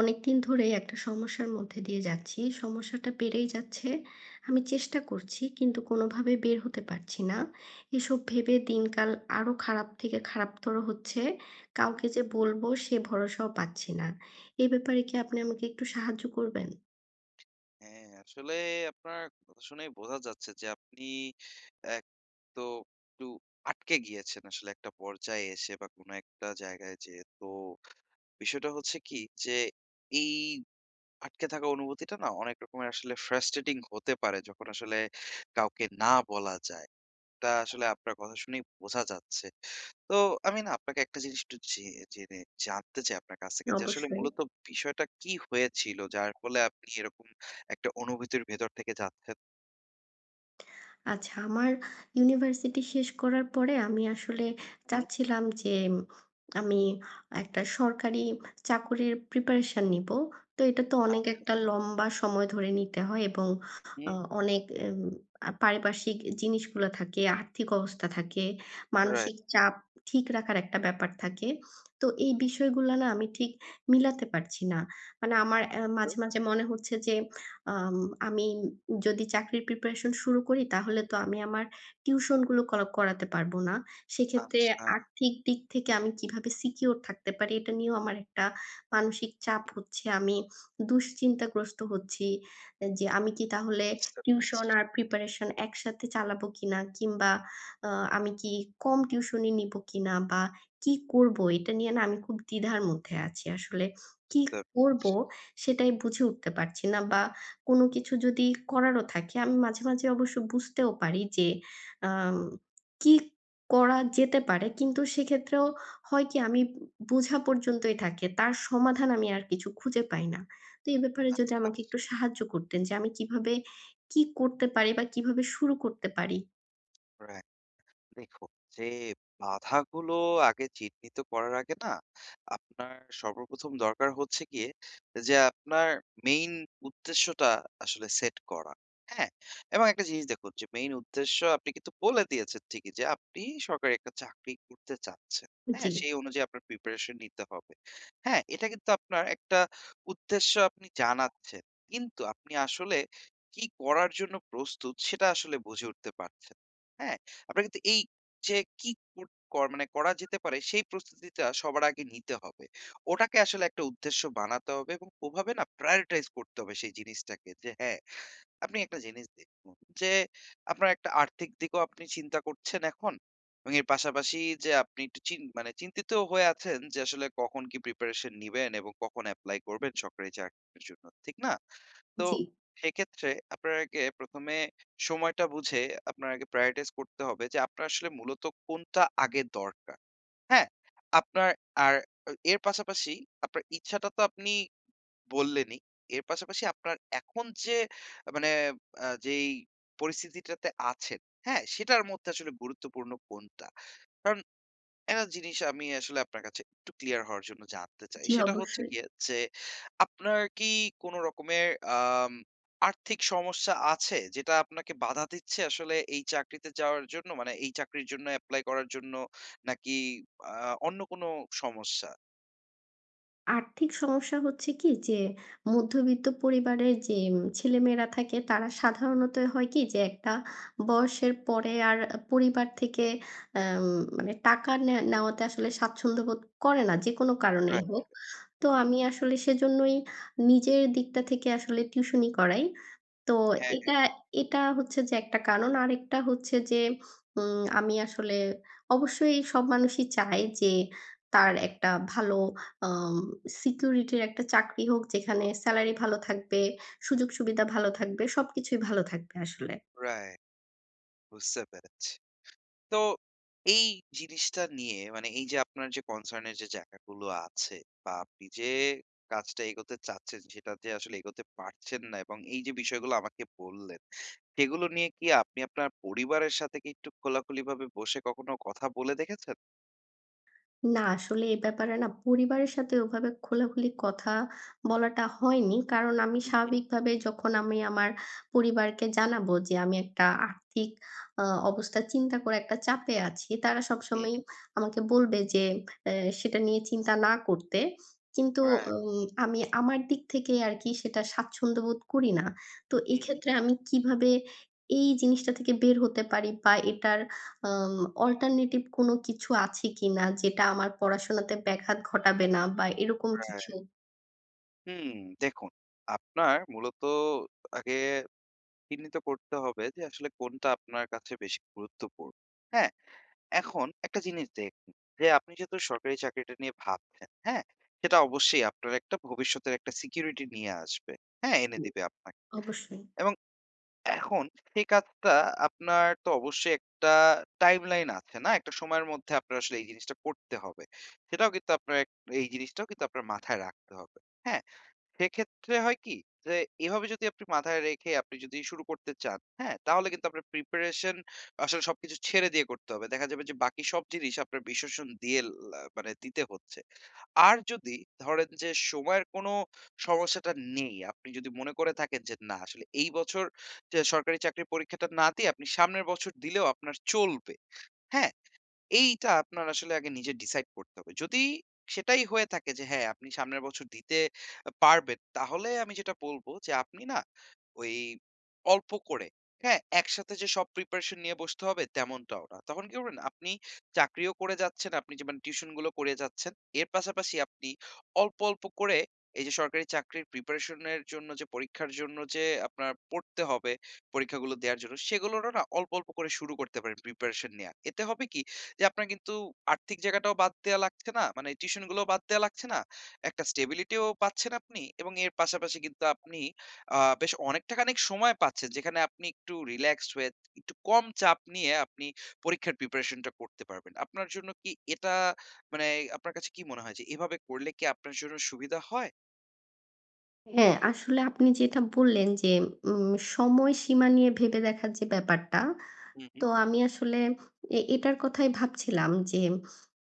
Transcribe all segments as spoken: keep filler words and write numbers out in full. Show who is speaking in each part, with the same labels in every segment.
Speaker 1: অনেকদিন ধরেই একটা সমস্যার মধ্যে দিয়ে যাচ্ছি। সমস্যাটা বেড়েই যাচ্ছে। আমি চেষ্টা করছি কিন্তু কোনোভাবে বের হতে পারছি না। এসব ভেবে দিনকাল আরো খারাপ থেকে খারাপতর হচ্ছে। কাউকে
Speaker 2: হুম,
Speaker 1: যে বলবো সে ভরসাও পাচ্ছি না। এ ব্যাপারে কি আপনি আমাকে একটু সাহায্য করবেন?
Speaker 2: হ্যাঁ, আসলে আপনার কথা শুনেই বোঝা যাচ্ছে যে আপনি এক তো একটু আটকে গিয়েছেন আসলে একটা পর্যায়ে এসে বা কোনো একটা জায়গায় যেয়ে। তো বিষয়টা হচ্ছে কি যে এই আটকে থাকা অনুভূতিটা না অনেক রকমের আসলে ফ্রাস্ট্রেটিং হতে পারে যখন আসলে কাউকে না বলা যায়। এটা আসলে আপনার কথা শুনেই বোঝা যাচ্ছে। তো আমি না আপনাকে একটা জিনিস একটু জে জেনে জানতে চাই আপনার কাছ থেকে যে আসলে
Speaker 1: অবশ্যই।
Speaker 2: মূলত বিষয়টা কি হয়েছিল যার ফলে আপনি এরকম একটা অনুভূতির ভেতর থেকে যাচ্ছেন?
Speaker 1: আচ্ছা, আমার ইউনিভার্সিটি শেষ করার পরে আমি আসলে
Speaker 2: হুম,
Speaker 1: চাচ্ছিলাম যে উম, আমি একটা সরকারি চাকরির প্রিপারেশন নিবো। তো এটা তো অনেক একটা লম্বা সময় ধরে নিতে হয় এবং
Speaker 2: আপনি
Speaker 1: আ অনেক এম আ পারিপার্শ্বিক জিনিসগুলা থাকে, আর্থিক অবস্থা থাকে,
Speaker 2: রাইট।
Speaker 1: মানসিক চাপ ঠিক রাখার একটা ব্যাপার থাকে। তো এই বিষয়গুলা না আমি ঠিক মিলাতে পারছি না। মানে আমার অ্যা মাঝে, মাঝে মনে হচ্ছে যে আম আমি যদি চাকরির প্রিপারেশন শুরু করি তাহলে তো আমি আমার টিউশনগুলো করা করাতে পারব না। সেক্ষেত্রে
Speaker 2: আচ্ছা,
Speaker 1: আর্থিক দিক থেকে আমি কিভাবে সিকিউর থাকতে পারি এটা নিয়েও আমার একটা মানসিক চাপ হচ্ছে। আমি দুশ্চিন্তাগ্রস্ত হচ্ছি এ যে আমি কি তাহলে
Speaker 2: বুঝতে পেরেছি,
Speaker 1: টিউশন আর প্রিপারেশন একসাথে চালাবো কিনা? কিংবা আ আমি কি কম টিউশনি নিবো কিনা? বা কি করব? এটা নিয়ে না আমি খুব দ্বিধার মধ্যে আছি। আসলে কি
Speaker 2: বুঝতে
Speaker 1: করব
Speaker 2: পেরেছি।
Speaker 1: সেটাই বুঝে উঠতে পারছি না বা কোন কিছু যদি করারও থাকে আমি মাঝে, মাঝে অবশ্য বুঝতেও পারি যে আম কি করা যেতে পারে। কিন্তু সেক্ষেত্রেও হয় কি আমি বোঝা পর্যন্তই থাকে। তার সমাধান আমি আর কিছু খুঁজে পাই না। তো এ ব্যাপারে যদি
Speaker 2: আচ্ছা,
Speaker 1: আমাকে একটু
Speaker 2: আচ্ছা।
Speaker 1: সাহায্য করতেন যে আমি কিভাবে কি করতে পারি বা কিভাবে শুরু করতে পারি?
Speaker 2: রাইট। দেখুন যে বাধাগুলো আগে চিহ্নিত করার আগে না আপনার সর্বপ্রথম দরকার হচ্ছে গিয়ে যে আপনার মেইন উদ্দেশ্যটা আসলে সেট করা। হ্যাঁ? এবং একটা জিনিস দেখুন যে মেইন উদ্দেশ্য আপনি কিন্তু বলে দিয়েছেন ঠিকই যে আপনি সরকারি একটা চাকরি করতে চাচ্ছেন। হ্যাঁ?
Speaker 1: জি,
Speaker 2: সেই অনুযায়ী আপনার প্রিপারেশন নিতে হবে। হ্যাঁ? এটা কিন্তু আপনার একটা উদ্দেশ্য আপনি জানাচ্ছেন। কিন্তু আপনি আসলে কি করার জন্য প্রস্তুত সেটা আসলে বুঝে উঠতে পারছেন না। হ্যাঁ? আপনার কিন্তু এই যে কি কর কর মানে করা যেতে পারে সেই প্রস্তুতিটা সবার আগে নিতে হবে। ওটাকে আসলে একটা উদ্দেশ্য বানাতে হবে এবং ওভাবে না prioritize করতে হবে সেই জিনিসটাকে যে হ্যাঁ, আপনি একটা জিনিস দেখুন যে আপনার একটা আর্থিক দিকও আপনি চিন্তা করছেন এখন এবং এর পাশাপাশি যে আপনি একটু চিন মানে চিন্তিত হয়ে আছেন যে আসলে কখন কি প্রিপারেশন নিবেন এবং কখন এপ্লাই করবেন সরকারি চাকরির জন্য, ঠিক না? তো
Speaker 1: জি,
Speaker 2: সেক্ষেত্রে আপনার আগে প্রথম এ সময়টা বুঝে আপনার আগে prioritize করতে হবে যে আপনার আসলে মূলত কোনটা আগে দরকার। হ্যাঁ? আপনার আর এর পাশাপাশি আপনার ইচ্ছাটা তো আপনি বললেনই। এর পাশাপাশি আপনার এখন যে মানে আ যেই পরিস্থিতিটাতে আছেন, হ্যাঁ? সেটার মধ্যে আসলে গুরুত্বপূর্ণ কোনটা? কারণ একটা জিনিস আমি আসলে আপনার কাছে একটু ক্লিয়ার হওয়ার জন্য জানতে চাই।
Speaker 1: জি
Speaker 2: সেটা হচ্ছে
Speaker 1: অবশ্যই।
Speaker 2: গিয়ে যে, আপনার কি কোন রকমের আম আর্থিক সমস্যা আছে? যেটা আপনাকে বাধা দিচ্ছে আসলে এই চাকরিতে যাওয়ার জন্য? মানে এই চাকরির জন্য এপ্লাই করার জন্য নাকি আ অন্য কোন সমস্যা?
Speaker 1: আর্থিক সমস্যা হচ্ছে কি যে, মধ্যবিত্ত পরিবারের যে উম, ছেলেমেয়েরা থাকে তারা সাধারণত হয় কি যে, একটা বয়সের পরে আর পরিবার থেকে আম মানে টাকা নে নেওয়াতে আসলে স্বাচ্ছন্দ্য বোধ করে না, যেকোনো কারণেই
Speaker 2: রাইট।
Speaker 1: হোক। তো
Speaker 2: হুম,
Speaker 1: আমি আসলে সেজন্যই নিজের দিকটা থেকে আসলে টিউশনি করাই। তো
Speaker 2: হ্যাঁ,
Speaker 1: এটা এটা হচ্ছে যে একটা কারণ। আরেকটা হচ্ছে যে উম আমি আসলে অবশ্যই সব মানুষই চায় যে তার একটা ভালো আম সিকিউরিটির একটা চাকরি হোক যেখানে সেলারি ভালো থাকবে, সুযোগ-সুবিধা ভালো থাকবে, সবকিছুই ভালো থাকবে আসলে।
Speaker 2: রাইট, বুঝতে পেরেছি। তো এই জিনিসটা নিয়ে মানে এই যে আপনার যে কনসার্নের যে জায়গাগুলো আছে বা আপনি যে কাজটা এগোতে চাচ্ছেন সেটাতে আসলে এগোতে পারছেন না এবং এই যে বিষয়গুলো আমাকে বললেন সেগুলো নিয়ে কি আপনি আপনার পরিবারের সাথে কি একটু খোলাখুলি ভাবে বসে কখনো কথা বলে দেখেছেন?
Speaker 1: না, আসলে এ ব্যাপারে না পরিবারের সাথে ওভাবে খোলাখুলি কথা বলাটা হয়নি। কারণ আমি
Speaker 2: হুম, হুম,
Speaker 1: স্বাভাবিকভাবে যখন আমি আমার পরিবারকে জানাবো যে আমি একটা আর্থিক আ অবস্থা চিন্তা করে একটা চাপে আছি। তারা
Speaker 2: হুম,
Speaker 1: সবসময়ই
Speaker 2: হুম,
Speaker 1: আমাকে বলবে যে এ সেটা নিয়ে চিন্তা না করতে। কিন্তু
Speaker 2: রাইট,
Speaker 1: উম আমি আমার দিক থেকে আরকি সেটা স্বাচ্ছন্দ্য বোধ করি না। তো
Speaker 2: হুম, হুম।
Speaker 1: এক্ষেত্রে আমি কিভাবে এই জিনিসটা থেকে বের হতে পারি বা এটার আম অল্টারনেটিভ কোনো কিছু আছে কিনা যেটা আমার পড়াশোনাতে ব্যাঘাত ঘটাবে না বা এরকম
Speaker 2: রাইট।
Speaker 1: কিছু?
Speaker 2: হুম, দেখুন আপনার মূলত আগে চিহ্নিত করতে হবে যে আসলে কোনটা আপনার কাছে বেশি গুরুত্বপূর্ণ। হ্যাঁ? এখন একটা জিনিস দেখুন যে আপনি যেহেতু সরকারি চাকরিটা নিয়ে ভাবছেন, হ্যাঁ? সেটা অবশ্যই আপনার একটা ভবিষ্যতের একটা সিকিউরিটি নিয়ে আসবে। হ্যাঁ, এনে দিবে আপনাকে।
Speaker 1: অবশ্যই।
Speaker 2: এবং এখন সেই কাজটা আপনার তো অবশ্যই একটা টাইমলাইন আছে না? একটা সময়ের মধ্যে আপনার আসলে এই জিনিসটা করতে হবে। সেটাও কিন্তু আপনার এক এই জিনিসটাও কিন্তু আপনার মাথায় রাখতে হবে। হ্যাঁ? সেক্ষেত্রে হয় কি? যে এভাবে যদি আপনি মাথায় রেখে আপনি যদি শুরু করতে চান, হ্যাঁ? তাহলে কিন্তু আপনার প্রিপারেশন আসলে সবকিছু ছেড়ে দিয়ে করতে হবে। দেখা যাবে যে বাকি সব জিনিস আপনার বিশ্লেষণ দিয়ে লা মানে দিতে হচ্ছে। আর যদি ধরেন যে সময়ের কোনো সমস্যাটা নেই, আপনি যদি মনে করে থাকেন যে না আসলে এই বছর যে সরকারি চাকরির পরীক্ষাটা না দিয়ে আপনি সামনের বছর দিলেও আপনার চলবে, হ্যাঁ? এইটা আপনার আসলে আগে নিজে ডিসাইড করতে হবে। যদি সেটাই হয়ে থাকে যে হ্যাঁ, আপনি সামনের বছর দিতে পারবেন, তাহলে আমি যেটা বলব যে আপনি না ওই অল্প করে, হ্যাঁ? একসাথে যে সব প্রিপারেশন নিয়ে বসতে হবে তেমনটাও না। তখন কি করবেন? আপনি চাকরিও করে যাচ্ছেন, আপনি যে মানে টিউশনগুলো করে যাচ্ছেন। এর পাশাপাশি আপনি অল্প, অল্প করে এই যে সরকারি চাকরির প্রিপারেশন এর জন্য যে পরীক্ষার জন্য যে আপনার পড়তে হবে, পরীক্ষাগুলো দেয়ার জন্য সেগুলোরও না অল্প, অল্প করে শুরু করতে পারেন প্রিপারেশন নেয়া। এতে হবে কি যে আপনার কিন্তু আর্থিক জায়গাটাও বাদ দেয়া লাগছে না। মানে টিউশন গুলোও বাদ দেয়া লাগছে না। একটা স্টেবিলিটিও পাচ্ছেন আপনি এবং এর পাশাপাশি কিন্তু আপনি আ বেশ অনেকটা খানিক সময় পাচ্ছেন যেখানে আপনি একটু রিল্যাক্সড হয়ে একটু কম চাপ নিয়ে আপনি পরীক্ষার প্রিপারেশন টা করতে পারবেন। আপনার জন্য কি এটা মানে আপনার কাছে কি মনে হয় যে এভাবে করলে কি আপনার জন্য সুবিধা হয়?
Speaker 1: হ্যাঁ, আসলে আপনি যেটা বললেন যে উম সময়সীমা নিয়ে ভেবে দেখার যে ব্যাপারটা
Speaker 2: হুম,
Speaker 1: তো
Speaker 2: হুম।
Speaker 1: আমি আসলে এ এটার কথাই ভাবছিলাম যে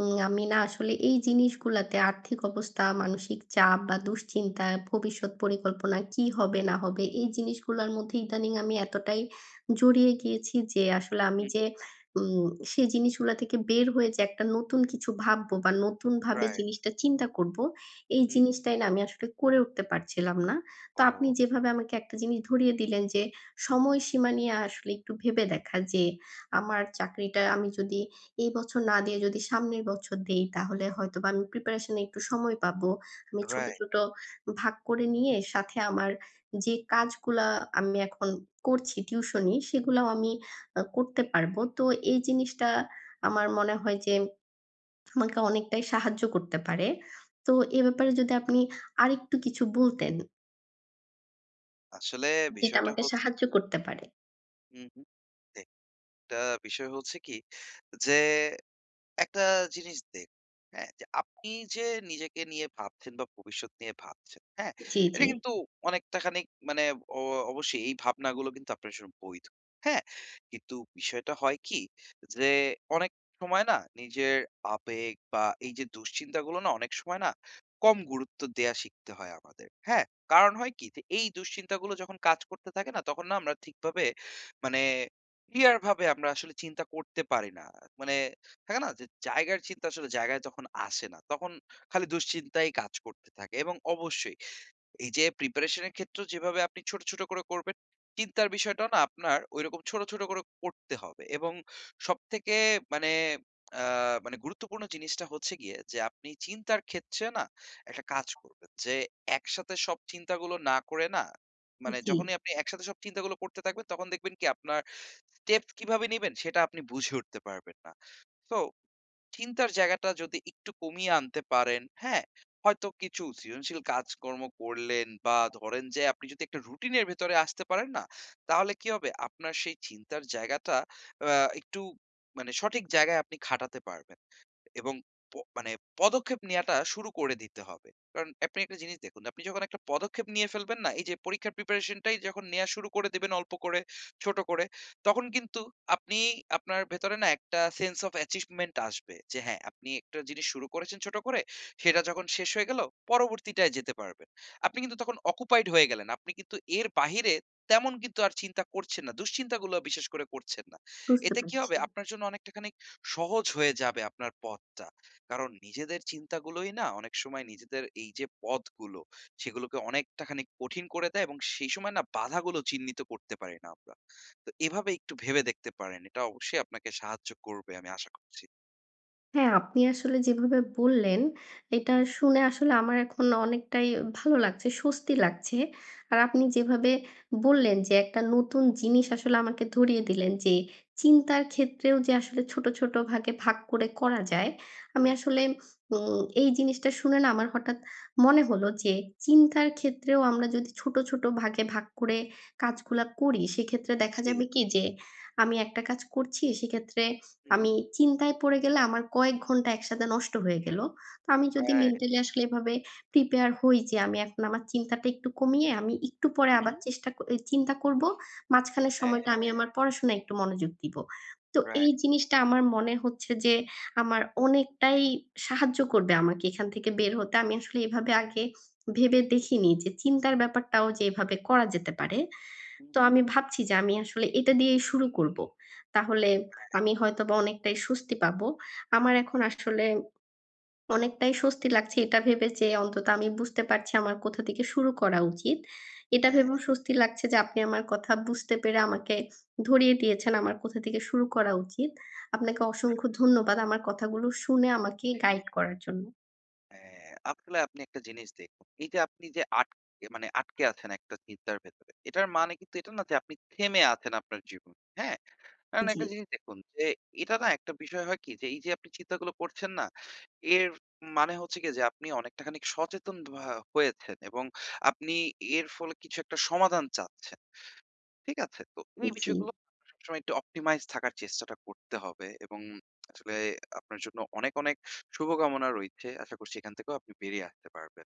Speaker 1: উম আমি না আসলে এই জিনিসগুলাতে আর্থিক অবস্থা, মানসিক চাপ বা দুশ্চিন্তা, ভবিষ্যৎ পরিকল্পনা কি হবে না হবে এই জিনিসগুলার মধ্যে ইদানিং আমি এতটাই জড়িয়ে গিয়েছি যে আসলে আমি
Speaker 2: হুম,
Speaker 1: যে উম সেই জিনিসগুলা থেকে বের হয়ে যে একটা নতুন কিছু ভাববো বা নতুনভাবে
Speaker 2: রাইট।
Speaker 1: জিনিসটা চিন্তা করবো, এই
Speaker 2: হুম,
Speaker 1: জিনিসটাই না আমি আসলে করে উঠতে পারছিলাম না। তো আপনি
Speaker 2: ও
Speaker 1: যেভাবে আমাকে একটা জিনিস ধরিয়ে দিলেন যে সময়সীমা নিয়ে আসলে একটু ভেবে দেখা যে আমার চাকরিটা আমি যদি এই বছর না দিয়ে যদি সামনের বছর দেই, তাহলে হয়তোবা আমি প্রিপারেশন এ একটু সময় পাবো। আমি ছোট,
Speaker 2: রাইট।
Speaker 1: ছোট ভাগ করে নিয়ে সাথে আমার যে কাজগুলা আমি এখন করছি টিউশনি, সেগুলাও আমি আ করতে পারবো। তো এই জিনিসটা আমার মনে হয় যে আমাকে অনেকটাই সাহায্য করতে পারে। তো এ ব্যাপারে যদি আপনি আরেকটু কিছু বলতেন,
Speaker 2: আসলে
Speaker 1: যেটা
Speaker 2: বিষয়টা
Speaker 1: আমাকে
Speaker 2: হচ্ছে
Speaker 1: সাহায্য
Speaker 2: কি,
Speaker 1: করতে পারে।
Speaker 2: হুম, হুম। একটা বিষয় হচ্ছে কি যে একটা জিনিস দেখ হ্যাঁ, যে আপনি যে নিজেকে নিয়ে ভাবছেন বা ভবিষ্যৎ নিয়ে ভাবছেন, হ্যাঁ?
Speaker 1: জি, জি,
Speaker 2: এটা কিন্তু অনেকটা খানিক মানে অ অবশ্যই এই ভাবনাগুলো কিন্তু আপনার জন্য বৈধ। হ্যাঁ? কিন্তু বিষয়টা হয় কি যে অনেক সময় না নিজের আবেগ বা এই যে দুশ্চিন্তাগুলো না অনেক সময় না কম গুরুত্ব দেয়া শিখতে হয় আমাদের। হ্যাঁ? কারণ হয় কি যে এই দুশ্চিন্তাগুলো যখন কাজ করতে থাকে না তখন না আমরা ঠিকভাবে মানে ক্লিয়ার ভাবে আমরা আসলে চিন্তা করতে পারি না। মানে থাকে না? যে জায়গার চিন্তা আসলে জায়গায় যখন আসে না, তখন খালি দুশ্চিন্তাই কাজ করতে থাকে এবং অবশ্যই এই যে প্রিপারেশন এর ক্ষেত্রেও যেভাবে আপনি ছোট, ছোট করে করবেন, চিন্তার বিষয়টাও না আপনার ঐরকম ছোট, ছোট করে করতে হবে এবং সবথেকে মানে আ মানে গুরুত্বপূর্ণ জিনিসটা হচ্ছে গিয়ে যে আপনি চিন্তার ক্ষেত্রে না একটা কাজ করবেন। যে একসাথে সব চিন্তাগুলো না করে না মানে
Speaker 1: জি,
Speaker 2: যখনই আপনি একসাথে সব চিন্তাগুলো করতে থাকবেন তখন দেখবেন কি আপনার স্টেপস কিভাবে নিবেন সেটা আপনি বুঝে উঠতে পারবেন না। তো চিন্তার জায়গাটা যদি একটু কমিয়ে আনতে পারেন, হ্যাঁ? হয়তো কিছু সৃজনশীল কাজকর্ম করলেন বা ধরেন যে আপনি যদি একটা রুটিনের ভেতরে আসতে পারেন না তাহলে কি হবে আপনার সেই চিন্তার জায়গাটা আহ, একটু মানে সঠিক জায়গায় আপনি খাটাতে পারবেন এবং প মানে পদক্ষেপ নেয়াটা শুরু করে দিতে হবে। কারণ আপনি একটা জিনিস দেখুন, আপনি যখন একটা পদক্ষেপ নিয়ে ফেলবেন না? এই যে পরীক্ষার প্রিপারেশন টাই যখন নেয়া শুরু করে দিবেন অল্প করে, ছোট করে, তখন কিন্তু আপনি আপনার ভেতরে না একটা সেন্স অফ অ্যাচিভমেন্ট আসবে। যে হ্যাঁ, আপনি একটা জিনিস শুরু করেছেন ছোট করে, সেটা যখন শেষ হয়ে গেল, পরবর্তীটায় যেতে পারবেন। আপনি কিন্তু তখন অকুপাইড হয়ে গেলেন। আপনি কিন্তু এর বাহিরে তেমন কিন্তু আর চিন্তা করছেন না। দুশ্চিন্তাগুলো বিশেষ করে করছেন না।
Speaker 1: বুঝতে
Speaker 2: এতে কি
Speaker 1: পারছি।
Speaker 2: হবে? আপনার জন্য অনেকটাখানি সহজ হয়ে যাবে আপনার পথটা। কারণ নিজেদের চিন্তাগুলোই না অনেক সময় নিজেদের এই যে পথগুলো, সেগুলোকে অনেকটা খানিক কঠিন করে দেয় এবং সেই সময় না বাধাগুলো চিহ্নিত করতে পারি না আমরা। তো এভাবে একটু ভেবে দেখতে পারেন। এটা অবশ্যই আপনাকে সাহায্য করবে আমি আশা করছি।
Speaker 1: হ্যাঁ, আপনি আসলে যেভাবে বললেন, এটা
Speaker 2: হুম,
Speaker 1: শুনে আসলে আমার এখন অনেকটাই ভালো লাগছে, স্বস্তি লাগছে। আর আপনি যেভাবে বললেন যে, একটা নতুন জিনিস আসলে আমাকে ধরিয়ে দিলেন যে, চিন্তার ক্ষেত্রেও যে আসলে ছোট, ছোট ভাগে ভাগ করে করা যায়। আমি
Speaker 2: হুম,
Speaker 1: আসলে উম এই জিনিসটা শুনে না আমার হঠাৎ মনে হলো যে, চিন্তার ক্ষেত্রেও আমরা যদি ছোট, ছোট ভাগে ভাগ করে কাজগুলা করি, সেক্ষেত্রে দেখা
Speaker 2: জি,
Speaker 1: যাবে
Speaker 2: জি।
Speaker 1: কি যে, আমি একটা কাজ করছি, সেক্ষেত্রে
Speaker 2: হুম,
Speaker 1: আমি চিন্তায় পড়ে গেলে আমার কয়েক ঘন্টা একসাথে নষ্ট হয়ে গেল। তো আমি যদি
Speaker 2: রাইট,
Speaker 1: মেন্টালি আসলে এভাবে প্রিপেয়ার হই যে আমি এখন আমার চিন্তাটা একটু কমিয়ে আমি একটু পরে আবার
Speaker 2: হুম।
Speaker 1: চেষ্টা ক এই চিন্তা করব। মাঝখানের সময়টা আমি আমার পড়াশোনায় একটু মনোযোগ দিব। তো এই
Speaker 2: রাইট।
Speaker 1: জিনিসটা আমার মনে হচ্ছে যে আমার অনেকটাই সাহায্য করবে আমাকে এখান থেকে বের হতে। আমি আসলে এভাবে আগে ভেবে দেখিনি যে চিন্তার ব্যাপারটাও যে এভাবে করা যেতে পারে।
Speaker 2: হুম,
Speaker 1: তো
Speaker 2: হুম। হ্যাঁ, রাইট।
Speaker 1: আমি ভাবছি যে আমি আসলে এটা দিয়েই শুরু করব। তাহলে আমি হয়তোবা অনেকটাই স্বস্তি পাবো। আমার
Speaker 2: হুম,
Speaker 1: এখন
Speaker 2: হুম।
Speaker 1: আসলে অনেকটাই স্বস্তি লাগছে এটা ভেবে যে অন্তত আমি বুঝতে পারছি আমার কোথা থেকে শুরু করা উচিত। এটা
Speaker 2: হ্যাঁ,
Speaker 1: ভেবেও স্বস্তি লাগছে যে আপনি আমার কথা বুঝতে পেরে আমাকে ধরিয়ে দিয়েছেন আমার কোথা থেকে শুরু করা উচিত। আপনাকে
Speaker 2: রাইট,
Speaker 1: অসংখ্য ধন্যবাদ আমার কথাগুলো শুনে আমাকে গাইড
Speaker 2: ঠিক।
Speaker 1: করার জন্য।
Speaker 2: হ্যাঁ, আসলে আপনি একটা জিনিস দেখুন। এই যে আপনি যে আটকে মানে আটকে আছেন একটা চিন্তার ভেতরে। এটার মানে কিন্তু এটা না যে আপনি থেমে আছেন আপনার জীবনে। হ্যাঁ? কারণ
Speaker 1: জি,
Speaker 2: একটা জিনিস দেখুন যে এটা না একটা বিষয় হয় কি যে এই যে আপনি চিন্তাগুলো করছেন না, এর মানে হচ্ছে গিয়ে যে আপনি অনেকটা খানিক সচেতন ভা হয়েছেন এবং আপনি এর ফলে কিছু একটা সমাধান চাচ্ছেন। ঠিক আছে? তো এই
Speaker 1: জি।
Speaker 2: বিষয়গুলো আপনার সবসময় একটু অপটিমাইজ থাকার চেষ্টাটা করতে হবে এবং আসলে আপনার জন্য অনেক, অনেক শুভকামনা রইছে। আশা করছি এখান থেকেও আপনি বেরিয়ে আসতে পারবেন।